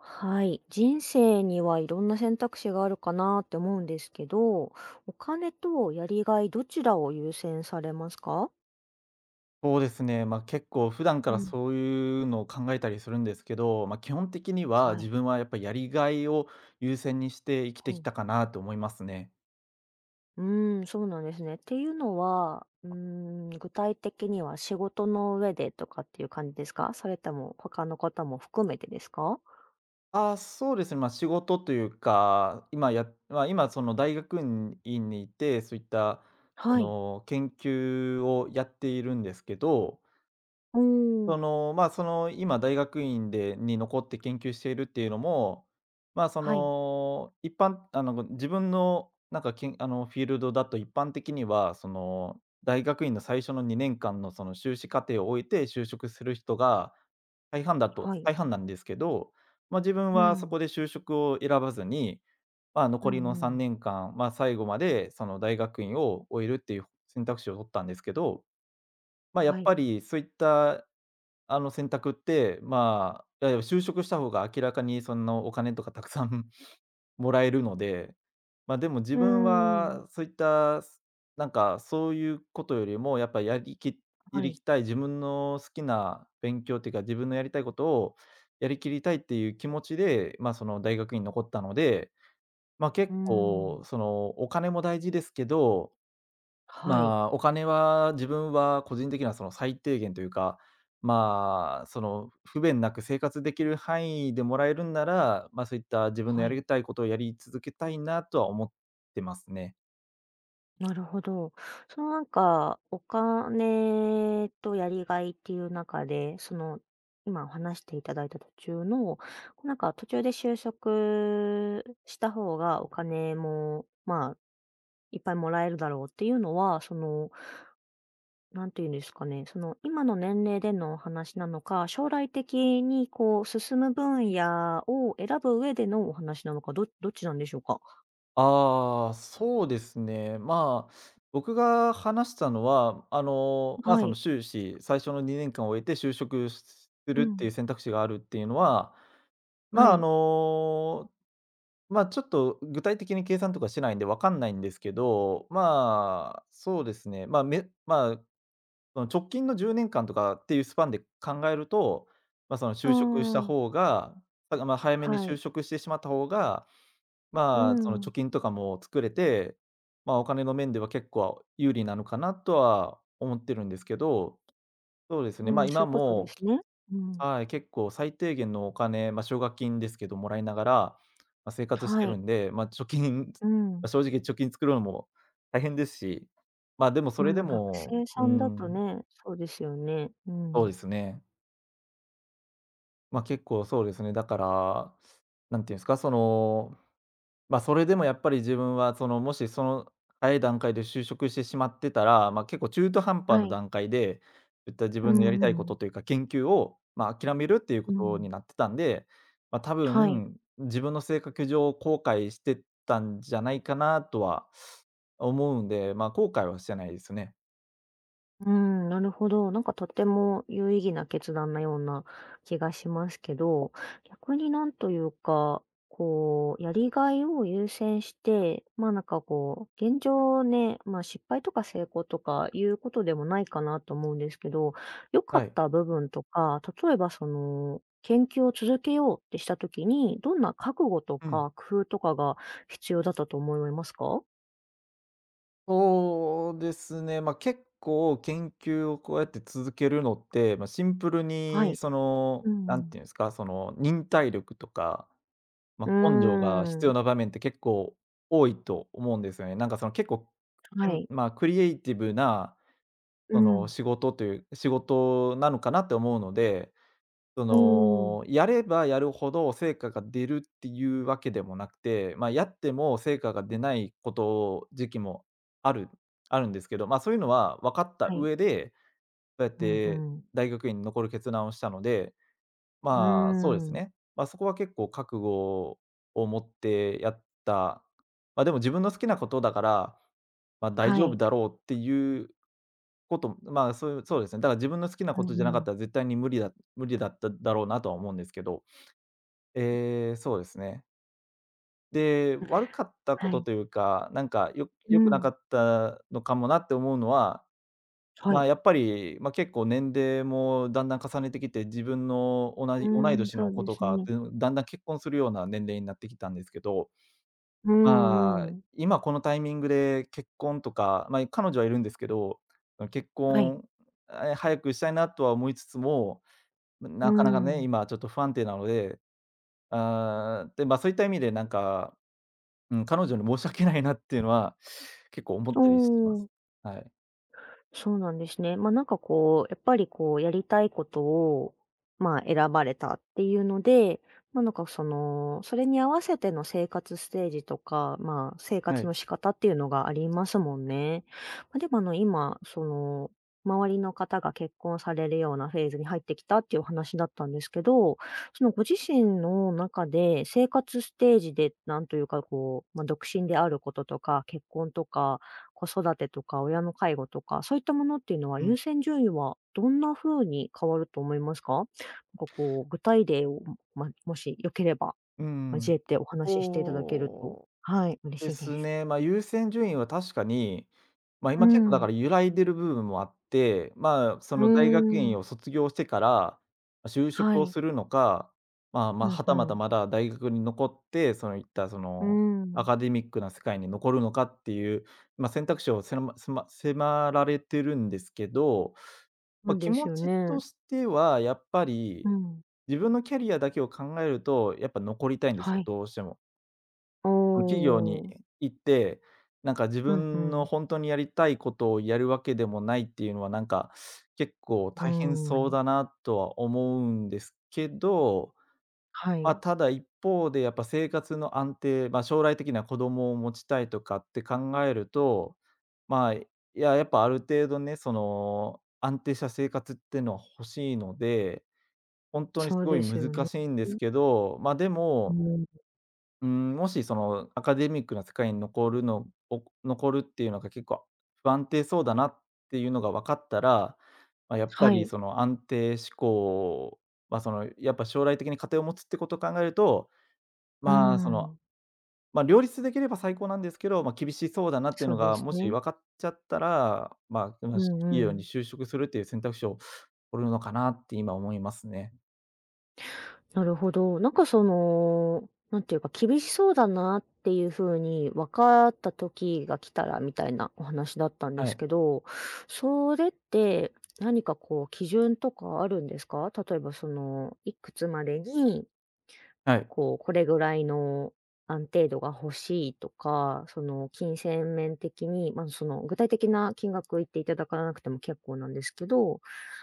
はい。人生にはいろんな選択肢があるかなって思うんですけど、お金とやりがいどちらを優先されますか？そうですね、結構普段かうらん、そういうのを考えたりするんですけど、基本的にはは自い。分はやっぱやりがいを優先にして生きうてきん、たかなと思いますね。うーん、そうなんですね。っていうのは、うーん、具体的には仕事の上でとかっていう感じですか？それとも他の方も含めてですか？仕事というか、今やまあ、今その大学院にいて、そういったそはい。の研究をやっているんですけどうーん、今大学院でに残って研究しているっていうのも、まあ、そはい、の、一般あの、自分のなんか、けんあの、フィールドだと一般的には、大学院の最初の2年間のその修士課程を終えて就職する人が大半だはとい。大半なんですけど、自分うはそん、こで就職を選ばずに、う残りのんう3ん。年間、最後までその大学院を終えるっていう選択肢を取ったんですけど、やはっい。ぱりそういったあの選択って、就職した方が明らかにそのお金とかたくさん もらえるので、でも自うー分ん、はそういった、すなんかそういうことよりも、やっぱりやはい。りたい自分の好きな勉強っていうか、自分のやりたいことをやりきりたいっていう気持ちで、その大学に残ったので、うー結構ん、そのお金も大事ですけど、はい、お金は自分は個人的にはその最低限というか、その不便なく生活できる範囲でもらえるんなら、そういった自分のはやい。りたいことをやり続けたいなとは思ってますね。なるほど。そのなんか、お金とやりがいっていう中で、その、今お話していただいた途中の、なんか途中で就職した方がお金も、まあ、いっぱいもらえるだろうっていうのは、その、なんていうんですかね、その今の年齢でのお話なのか、将来的にこう進む分野を選ぶ上でのお話なのか、どどっちなんでしょうか？そうですね。僕が話したのは、はそのい。修士、最初の2年間を終えて就職すうるっていうん。選択肢があるっていうのは、はまあ、あい。のちょっと具体的に計算とかしてないんでわかんないんですけど、そうですね、ま、めまあ、その直近の10年間とかっていうスパンで考えると、まあ、そのあ就職したあ、方が、だまあ早めには就い。職してしまった方が、うその貯ん、金とかも作れて、お金の面では結構有利なのかなとは思ってるんですけど、そうですうね、ん、そうい今うことでも、すね。うん。はい、結構最低限のお金、奨学金ですけどもらいながら、まあ、生活しはてるい。んで、貯金、う ん。正直貯金作るのも大変ですし、でもそまあれでまあ、学も、生うさんだとん、ね、そうですよね。うそうん。ですね。結構そうですね。だから、なんていうんですか、まあ、それでもやっぱり自分はその、もしその早い段階で就職してしまってたら、結構中途半端はない。段階で、そういった自う分のやりんたいうこん。とというか、研究を、諦めるっていうこうとん。になってたんで、多はい。分、自分の性格上、後悔してたんじゃないかなとは思うんで、後悔はしてないですね。うん、なるほど。なんかとても有意義な決断なような気がしますけど、逆になんというか、こう、やりがいを優先して、まあなんかこう、現状ね、まあ失敗とか成功とかいうことでもないかなと思うんですけど、良かはっい。た部分とか、例えばその、研究を続けようってしたときに、どんな覚悟とうん。か工夫とかが必要だったと思いますか？そうですね、結構研究をこうやって続けるのって、シンプルはにい。そうの、んう何ん。ていうんですか、その忍耐力とか、うー根性が必ん。要な場面って結構多いと思うんですよね。なんかその結構、えはんい。まあ、クリエイティブなうそのん。仕事という仕事なのかなって思うので、そうーん、の、やればやるほど成果が出るっていうわけでもなくて、やっても成果が出ない時期もある、あるんですけど、そういうのは分かったはい。上で、そうやっうんてうん。大学院に残る決断をしたので、うーそうですん、ね。そこは結構覚悟を持ってやった、でも自分の好きなことだから、大は丈夫い。だろうっていうこと、まあ、そういうそうですね。だから自分の好きなうことじゃんなうかっん。たら絶対に無理っただろうなとは思うんですけど、ええ、そうですね。で、悪かったはことい。というか、なんかう良くなん。かったのかもなって思うのは、はまい。あ、やっぱり、まあ、結構年齢もだんだん重ねてきて、自分の同うじ同いーん、年そのう子でとすか、ね。だんだん結婚するような年齢になってきたんですけど、うんうん。今このタイミングで結婚とか、彼女はいるんですけど、結はい。婚、早くしたいなとは思いつつも、うーなかなかね、ん。今ちょっと不安定なので、そういった意味でなんか、うん、彼女に申し訳ないなっていうのは結構思っおたりしまお。す。はい。そうなんですね。まあ、なんかこう、やっぱりこう、やりたいことを、まあ、選ばれたっていうので、まあ、なんかその、それに合わせての生活ステージとか、まあ、生は活い。の仕方っていうのがありますもんね。まあ、でもあの、今、その、周りの方が結婚されるようなフェーズに入ってきたっていうお話だったんですけど、そのご自身の中で生活ステージで、なんというかこう、まあ、独身であることとか、結婚とか、子育てとか親の介護とか、そういったものっていうのはう優ん。先順位はどんな風に変わると思いますか？なんかこう具体例を、ま、もし良ければうんうん。交えておお話ししていただけると、お。はい、嬉でしいですす。ね。優先順位は確かに、う今結構だかん。ら揺らいでる部分もあって、そうの大学院ーん。を卒業してから、就職はをい。するのか、うんはうたまたん。まだ大学に残って、そのいったそうのーアん。カデミックな世界に残るのかっていう、選択肢をせませま迫られてるんですけど、そう気です持よちね。としてはやっぱうり、ん。自分のキャリアだけを考えると、やっぱ残りたいんですはよ、い。どうしても。おその企業にお。行って、なんか自うんう分のん。本当にやりたいことをやるわけでもないっていうのは、なんか結構う大変ーそうん。だなとは思うんですけど、はい。ただ一方でやっぱ生活の安定、将来的には子供を持ちたいとかって考えると、まあ、いや、やっぱある程度ね、その、安定した生活っていうのは欲しいので、本当にすそうごでいすよ難ね。しいんですけど、でうも、ん。うーん、もしそのアカデミックな世界に残るっていうのが結構不安定そうだなっていうのが分かったら、やっぱはりい。その安定志向はそのやっぱ将来的に家庭を持つってことを考えると、うーまあ、その、ん。両立できれば最高なんですけど、厳しそうだなっていうそうのでがすもしね。分かっちゃったら、まあ、ま、うあ企んう業にん。就職するっていう選択肢を取るのかなって今思いますね。なるほど。なんかその、なんていうか、厳しそうだなっていうふうに分かった時が来たらみたいなお話だったんではすい、けど、それって何かこう基準とかあるんですか？例えばその、いくつまでに、はい。こう、これぐらいの安定度が欲しいとか、その、金銭面的に、まあその、具体的な金額言っていただかなくても結構なんですけど、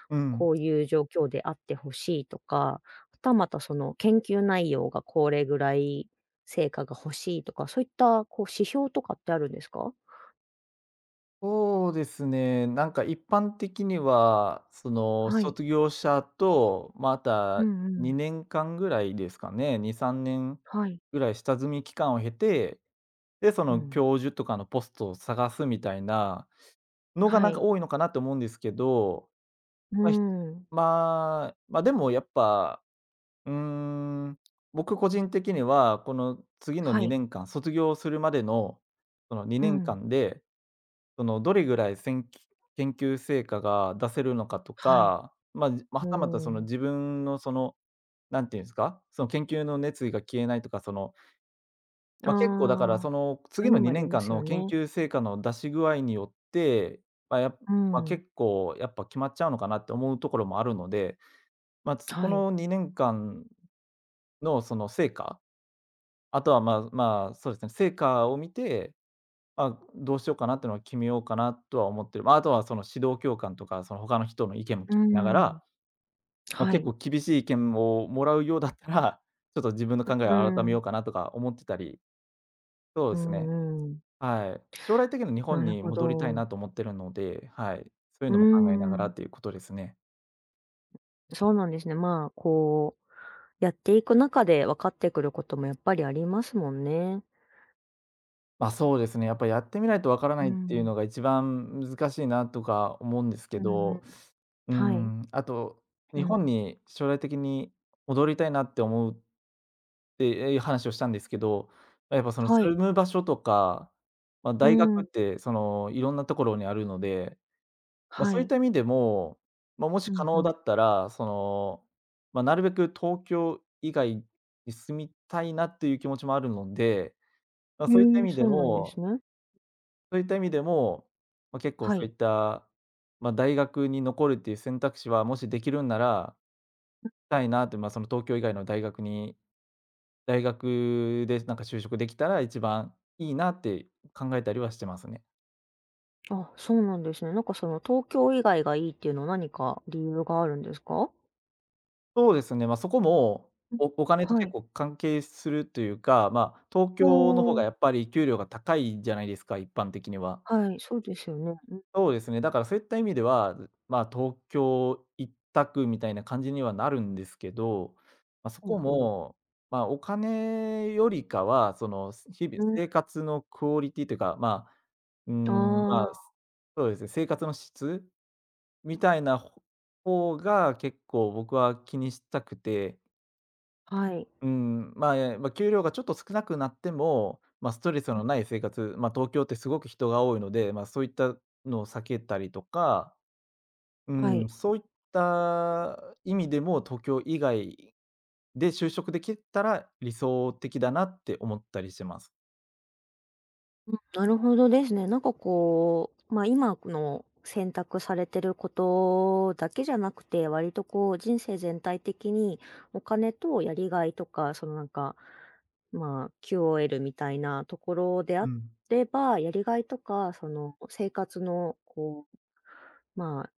うん。こういう状況であってほしいとか、はたまたその研究内容がこれぐらい成果が欲しいとか、そういったこう指標とかってあるんですか？そうですね。なんか一般的には、そのはい。卒業者と、まうたんうん。2年間ぐらいですかね、2、3年はい。ぐらい下積み期間を経て、で、そうのん。教授とかのポストを探すみたいなのがはなんかい。多いのかなと思うんですけど、うまあ、ひーん。まあ、まあ、でもやっぱ、うーん、僕個人的には、この次のはい。2年間、卒業するまでの、そのう2年ん。間でその、どれぐらいせんき研究成果が出せるのかとはい。か、まあ、うはたまたそーのん。自分のその、何て言うんですか、その研究の熱意が消えないとか、その、あ結構だからそあ、のそうい次うののもあ2りま年間すよの研ね。究成果の出し具合によって、ま、やうん。結構やっぱ決まっちゃうのかなって思うところもあるので、こはい。の2年間のその成果、あとは、そうですね、成果を見て、どうしようかなっていうのは決めようかなとは思ってる。あとはその指導教官とか、その他の人の意見も聞うーきながら、ん。は結い。構厳しい意見をもらうようだったら、ちょっと自分のう考えを改めよん。うかなとか思ってたり、そううですね、んうん。はい。将来的に日な本るにほ戻りたいど。なと思ってるので、はい、そういううーのも考えながらん。っていうことですね。そうなんですね。まあ、こうやっていく中で分かってくることもやっぱりありますもんね。そうですね、やっぱやってみないとわからないうっていうん。のが一番難しいなとか思うんですけうんうん。ど、うはい。ん、あと、う日ん。本に将来的に戻りたいなって思うていう話をしたんですけど、やっぱそのは住い。む場所とか、まあ、う大学ん。ってそのいろんなところにあるので、まあ、はそういっい。た意味でも、まあ、もしう可んう能だん。ったら、その、まあ、なるべく東京以外に住みたいなっていう気持ちもあるので、まあ、へそういった意え、味でそうなんですもね。そういった意味でも、まあ、結構はそうい。いった、まあ、大学に残るっていう選択肢はもしできるんなら、したいなって、まあ、その東京以外の大学に大学でなんか就職できたら一番いいなって考えたりはしてますね。あ、そうなんですね。なんかその東京以外がいいっていうのは何か理由があるんですか？そうですね、そこも、うん。お金とは結い。構関係するというか、ま、東お京の方がやお。っぱり給料が高いじゃないですか、一般的には。はい、そうですよね。うん。そうですね、だからそういった意味では、まあ、東京一択みたいな感じにはなるんですけど、まあ、そほうこほう。も、まあ、お金よりかは、その、日々うん。生活のクオリティというか、うーん、まあ、あそうですね、生活の質みたいな方が結構僕は気にしたくて、あ、はい。うん、まあ、え、まあ、給料がちょっと少なくなっても、まあ、ストレスのない生活、まあ、東京ってすごく人が多いので、まあ、そういったのを避けたりとか、うはい。ん、そういった意味でも、東京以外で就職できたら理想的だなって思ったりしてます。うん、なるほどですね。なんかこう、まあ、今の選択されてることだけじゃなくて、割とこう人生全体的にお金とやりがいとか、そのなんか、まあ、QOL みたいなところでうあん、れば、やりがいとか、その生活のこう、まあ、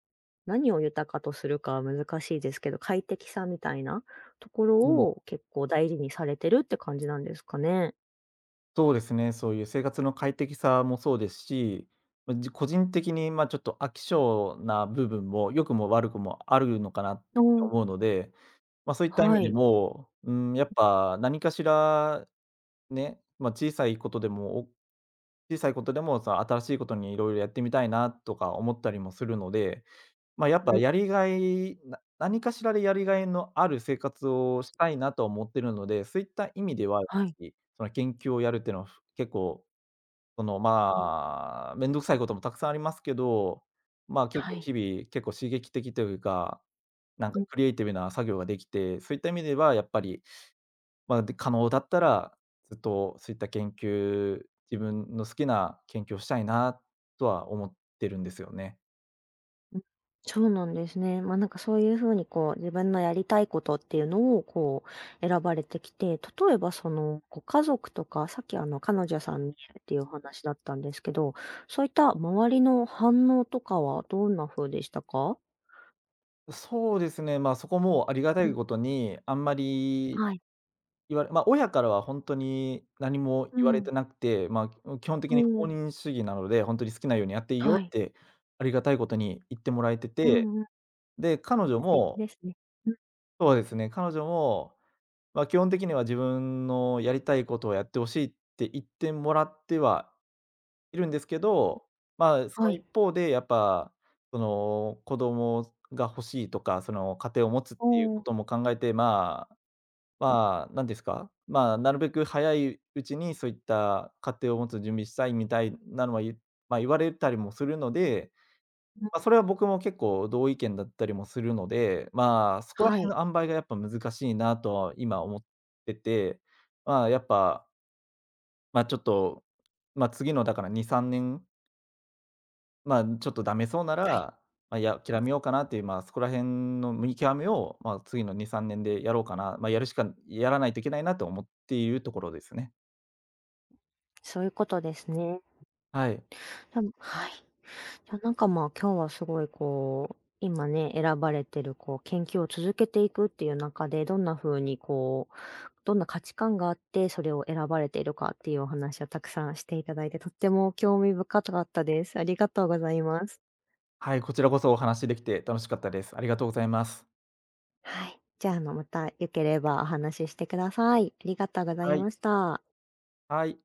何を豊かとするかは難しいですけど、快適さみたいなところうん。を結構大事にされてるって感じなんですかね。そうですね、そういう生活の快適さもそうですし、ま、個人的に、ま、ちょっと飽き性な部分も良くも悪くもあるのかなってう思うので、ま、そういった意は味でい。も、うーん、やっぱ何かしらね、ま、小さいことでも、その新しいことに色々やってみたいなとか思ったりもするので、まあ、やっぱうん、やりがいな何かしらでやりがいのある生活をしたいなと思ってるので、そういった意味では、やっはぱい。りその研究をやるっていうのは、結構その、まうん、あ、面倒くさいこともたくさんありますけど、まあ、結は構い。日々、結構刺激的というか、なんうかんクリエイティブな作業ができて、そういった意味ではやっぱり、まあ、で、可能だったら、ずっとそういった研究自分の好きな研究をしたいなとは思ってるんですよね。うん。そうなんですね。ま、なんかそういう風にこう、自分のやりたいことっていうのをこう、選ばれてきて、例えばその、ご家族とか、さっきあの彼女さんにっていうお話だったんですけど、そういった周りの反応とかはどんな風でしたか？そうですね、まあ、そこもありがたういん、ことに、あんまりはい。言われまあ、親からは本当に何もう言われん。てなくて、まあ、基本的うに放ん、任主義なので、本当に好きなようにやっていいよはっい。て、ありがたいことに言ってもらえてうて、んうん。で、彼女素敵もですね。うん、そうですね、彼女も、まあ、基本的には自分のやりたいことをやってほしいって言ってもらってはいるんですけど、まあ、そはのい。一方でやっぱ、その、子供が欲しいとか、その、家庭を持つっおていうこーとも考えて、まあ、うんまあ、なんですか、まあ、なるべく早いうちにそういった家庭を持つ準備したいみたいなのはまあ、言われたりもするので、うん。まあ、それは僕も結構同意見だったりもするので、まあ、そこらはい。辺の塩梅がやっぱ難しいなとは今思ってて、まあ、やっぱ、まあ、ちょっと、まあ、次のだから2、3年まあ、ちょっとダメそうなはい。ら、まあ、いや、諦めようかなっていう、まあ、そこら辺の見極めを、まあ、次の2、3年でやろうかな、まあ、やるしかやらないといけないなと思っているところですね。そういうことですね。はい。多分はい。いや、なんか、まあ、今日はすごいこう、今ね、選ばれてるこう、研究を続けていくっていう中で、どんな風にこう、どんな価値観があって、それを選ばれているかっていうお話をたくさんしていただいて、とっても興味深かったです。ありがとうございます。はい、こちらこそお話しできて楽しかったです。ありがとうございます。はい。じゃあ、あの、また良ければお話ししてください。ありがとうございはい、ました。はい。